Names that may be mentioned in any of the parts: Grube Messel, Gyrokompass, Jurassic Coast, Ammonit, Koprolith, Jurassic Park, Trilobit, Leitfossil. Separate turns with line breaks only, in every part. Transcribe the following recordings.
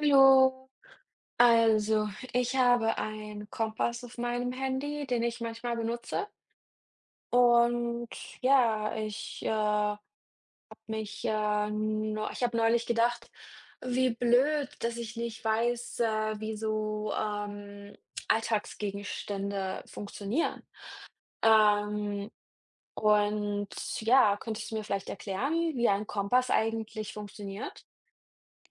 Hallo, also ich habe einen Kompass auf meinem Handy, den ich manchmal benutze. Und ja, ich habe ich habe neulich gedacht, wie blöd, dass ich nicht weiß, wie so Alltagsgegenstände funktionieren. Ähm, und ja, könntest du mir vielleicht erklären, wie ein Kompass eigentlich funktioniert?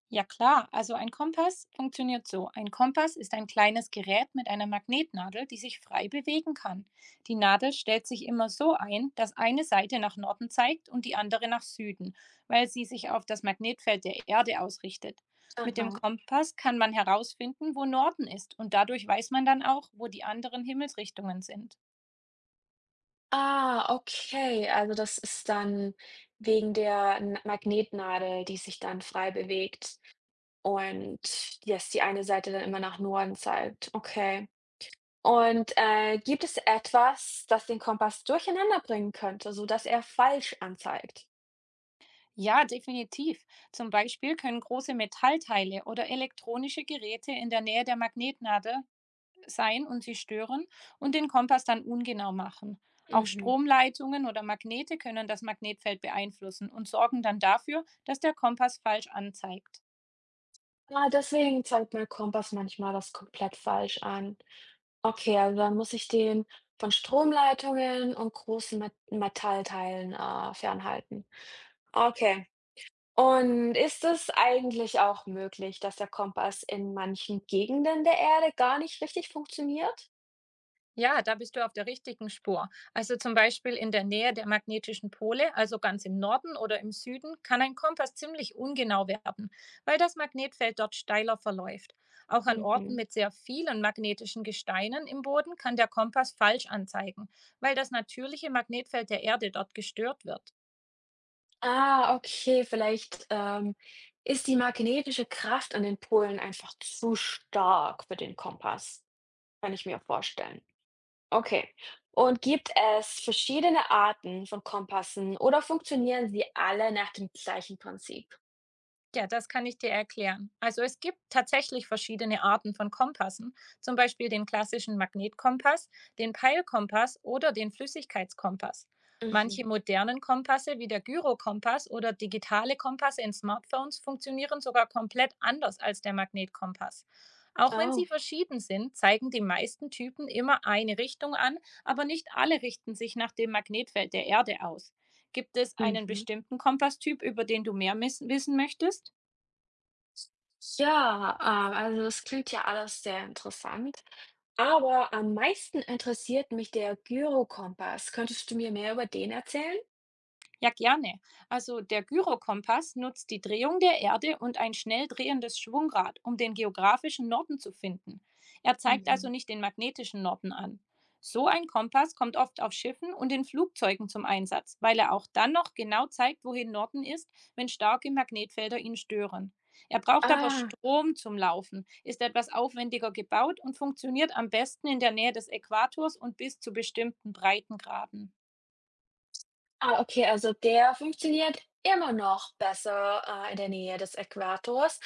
Ja klar, also ein Kompass funktioniert so. Ein Kompass ist ein kleines Gerät mit einer Magnetnadel, die sich frei bewegen kann. Die Nadel stellt sich immer so ein, dass eine Seite nach Norden zeigt und die andere nach Süden, weil sie sich auf das Magnetfeld der Erde ausrichtet. Mit dem
Aha.
Kompass kann man herausfinden, wo Norden ist und dadurch weiß man dann auch, wo die anderen Himmelsrichtungen sind.
Ah, okay. Also das ist dann wegen der N Magnetnadel, die sich dann frei bewegt und dass die eine Seite dann immer nach Norden zeigt. Okay. Und, gibt es etwas, das den Kompass durcheinander bringen könnte, sodass er falsch anzeigt?
Ja, definitiv. Zum Beispiel können große Metallteile oder elektronische Geräte in der Nähe der Magnetnadel sein und sie stören und den Kompass dann ungenau machen. Auch
Mhm.
Stromleitungen oder Magnete können das Magnetfeld beeinflussen und sorgen dann dafür, dass der Kompass falsch anzeigt.
Ah, deswegen zeigt mein Kompass manchmal das komplett falsch an. Okay, also dann muss ich den von Stromleitungen und großen Me Metallteilen, fernhalten. Okay. Und ist es eigentlich auch möglich, dass der Kompass in manchen Gegenden der Erde gar nicht richtig funktioniert?
Ja, da bist du auf der richtigen Spur. Also zum Beispiel in der Nähe der magnetischen Pole, also ganz im Norden oder im Süden, kann ein Kompass ziemlich ungenau werden, weil das Magnetfeld dort steiler verläuft. Auch an Orten
Mhm.
mit sehr vielen magnetischen Gesteinen im Boden kann der Kompass falsch anzeigen, weil das natürliche Magnetfeld der Erde dort gestört wird.
Ah, okay, vielleicht ist die magnetische Kraft an den Polen einfach zu stark für den Kompass, kann ich mir vorstellen. Okay. Und gibt es verschiedene Arten von Kompassen oder funktionieren sie alle nach dem gleichen Prinzip?
Ja, das kann ich dir erklären. Also es gibt tatsächlich verschiedene Arten von Kompassen, zum Beispiel den klassischen Magnetkompass, den Peilkompass oder den Flüssigkeitskompass. Manche
Mhm.
modernen Kompasse wie der Gyrokompass oder digitale Kompasse in Smartphones funktionieren sogar komplett anders als der Magnetkompass. Auch wenn sie
Oh.
verschieden sind, zeigen die meisten Typen immer eine Richtung an, aber nicht alle richten sich nach dem Magnetfeld der Erde aus. Gibt es einen
Mhm.
bestimmten Kompasstyp, über den du mehr wissen möchtest?
Ja, also das klingt ja alles sehr interessant. Aber am meisten interessiert mich der Gyrokompass. Könntest du mir mehr über den erzählen?
Ja, gerne. Also der Gyrokompass nutzt die Drehung der Erde und ein schnell drehendes Schwungrad, um den geografischen Norden zu finden. Er zeigt also
Mhm.
nicht den magnetischen Norden an. So ein Kompass kommt oft auf Schiffen und in Flugzeugen zum Einsatz, weil er auch dann noch genau zeigt, wohin Norden ist, wenn starke Magnetfelder ihn stören. Er braucht aber
Ah,
Strom zum Laufen, ist etwas aufwendiger gebaut und funktioniert am besten in der Nähe des Äquators und bis zu bestimmten Breitengraden.
ah, okay, also der funktioniert immer noch besser, in der Nähe des Äquators,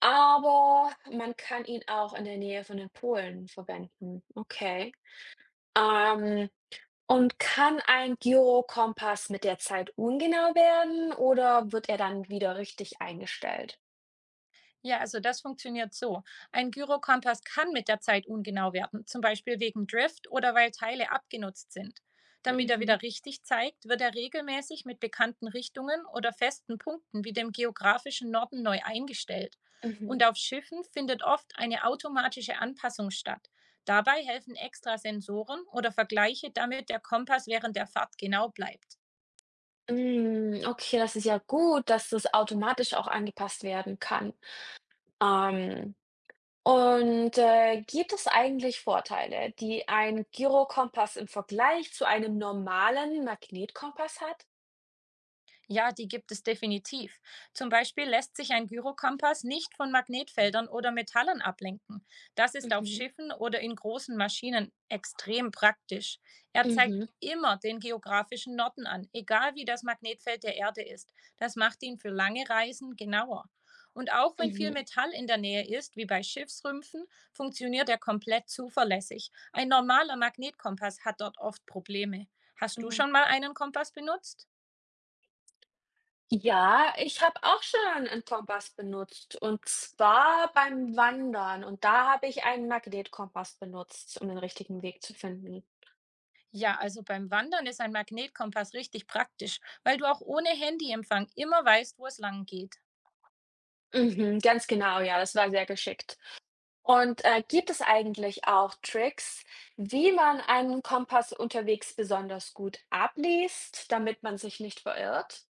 aber man kann ihn auch in der Nähe von den Polen verwenden. Okay. Ähm, und kann ein Gyrokompass mit der Zeit ungenau werden oder wird er dann wieder richtig eingestellt?
Ja, also das funktioniert so. Ein Gyrokompass kann mit der Zeit ungenau werden, zum Beispiel wegen Drift oder weil Teile abgenutzt sind. Damit er
Mhm,
wieder richtig zeigt, wird er regelmäßig mit bekannten Richtungen oder festen Punkten wie dem geografischen Norden neu eingestellt.
mhm.
Und auf Schiffen findet oft eine automatische Anpassung statt. Dabei helfen extra Sensoren oder Vergleiche, damit der Kompass während der Fahrt genau bleibt.
Hm, okay, das ist ja gut, dass das automatisch auch angepasst werden kann. Ähm Und, gibt es eigentlich Vorteile, die ein Gyrokompass im Vergleich zu einem normalen Magnetkompass hat?
Ja, die gibt es definitiv. Zum Beispiel lässt sich ein Gyrokompass nicht von Magnetfeldern oder Metallen ablenken. Das ist auf
Mhm,
Schiffen oder in großen Maschinen extrem praktisch. Er zeigt
mhm,
immer den geografischen Norden an, egal wie das Magnetfeld der Erde ist. Das macht ihn für lange Reisen genauer. Und auch wenn viel
mhm.
Metall in der Nähe ist, wie bei Schiffsrümpfen, funktioniert er komplett zuverlässig. Ein normaler Magnetkompass hat dort oft Probleme. Hast du
Hm,
schon mal einen Kompass benutzt?
ja, ich habe auch schon einen Kompass benutzt und zwar beim Wandern, und da habe ich einen Magnetkompass benutzt, um den richtigen Weg zu finden.
Ja, also beim Wandern ist ein Magnetkompass richtig praktisch, weil du auch ohne Handyempfang immer weißt, wo es lang geht.
Mhm, ganz genau, ja, das war sehr geschickt. Und, gibt es eigentlich auch Tricks, wie man einen Kompass unterwegs besonders gut abliest, damit man sich nicht verirrt?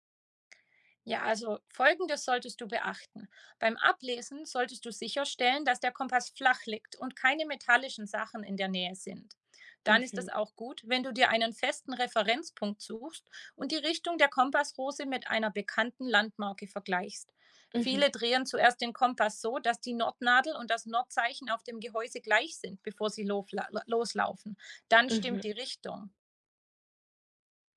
Ja, also Folgendes solltest du beachten. Beim Ablesen solltest du sicherstellen, dass der Kompass flach liegt und keine metallischen Sachen in der Nähe sind. Dann ist es
Mhm,
auch gut, wenn du dir einen festen Referenzpunkt suchst und die Richtung der Kompassrose mit einer bekannten Landmarke vergleichst.
mhm,
Viele drehen zuerst den Kompass so, dass die Nordnadel und das Nordzeichen auf dem Gehäuse gleich sind, bevor sie loslaufen. Dann
mhm.
stimmt die Richtung.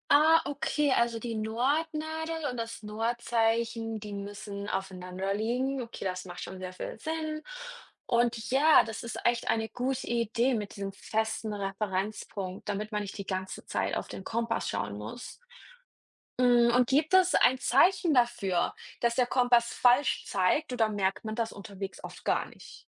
Ah, okay, also die Nordnadel und das Nordzeichen, die müssen aufeinander liegen. Okay, das macht schon sehr viel Sinn. Und ja, das ist echt eine gute Idee mit diesem festen Referenzpunkt, damit man nicht die ganze Zeit auf den Kompass schauen muss. Hm, und gibt es ein Zeichen dafür, dass der Kompass falsch zeigt oder merkt man das unterwegs oft gar nicht?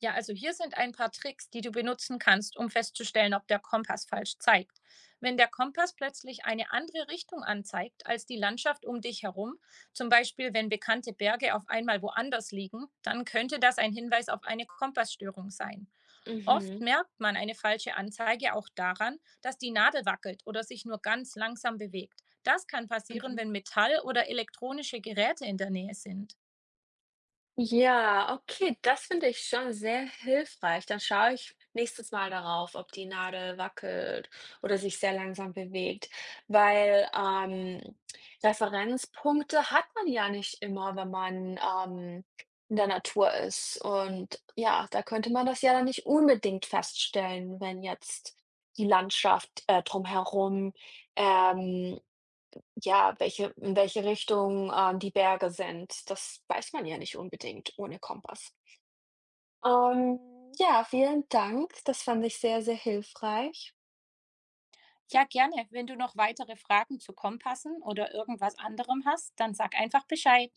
Ja, also hier sind ein paar Tricks, die du benutzen kannst, um festzustellen, ob der Kompass falsch zeigt. Wenn der Kompass plötzlich eine andere Richtung anzeigt als die Landschaft um dich herum, zum Beispiel wenn bekannte Berge auf einmal woanders liegen, dann könnte das ein Hinweis auf eine Kompassstörung sein. Oft
Mhm,
merkt man eine falsche Anzeige auch daran, dass die Nadel wackelt oder sich nur ganz langsam bewegt. Das kann passieren,
mhm.
wenn Metall- oder elektronische Geräte in der Nähe sind.
Ja, okay, das finde ich schon sehr hilfreich. Dann schaue ich nächstes Mal darauf, ob die Nadel wackelt oder sich sehr langsam bewegt, weil, Referenzpunkte hat man ja nicht immer, wenn man, in der Natur ist, und ja, da könnte man das ja dann nicht unbedingt feststellen, wenn jetzt die Landschaft, drumherum, ähm ja, welche in welche Richtung, die Berge sind, das weiß man ja nicht unbedingt ohne Kompass. Ähm, ja, vielen Dank. Das fand ich sehr, sehr hilfreich.
Ja, gerne. Wenn du noch weitere Fragen zu Kompassen oder irgendwas anderem hast, dann sag einfach Bescheid.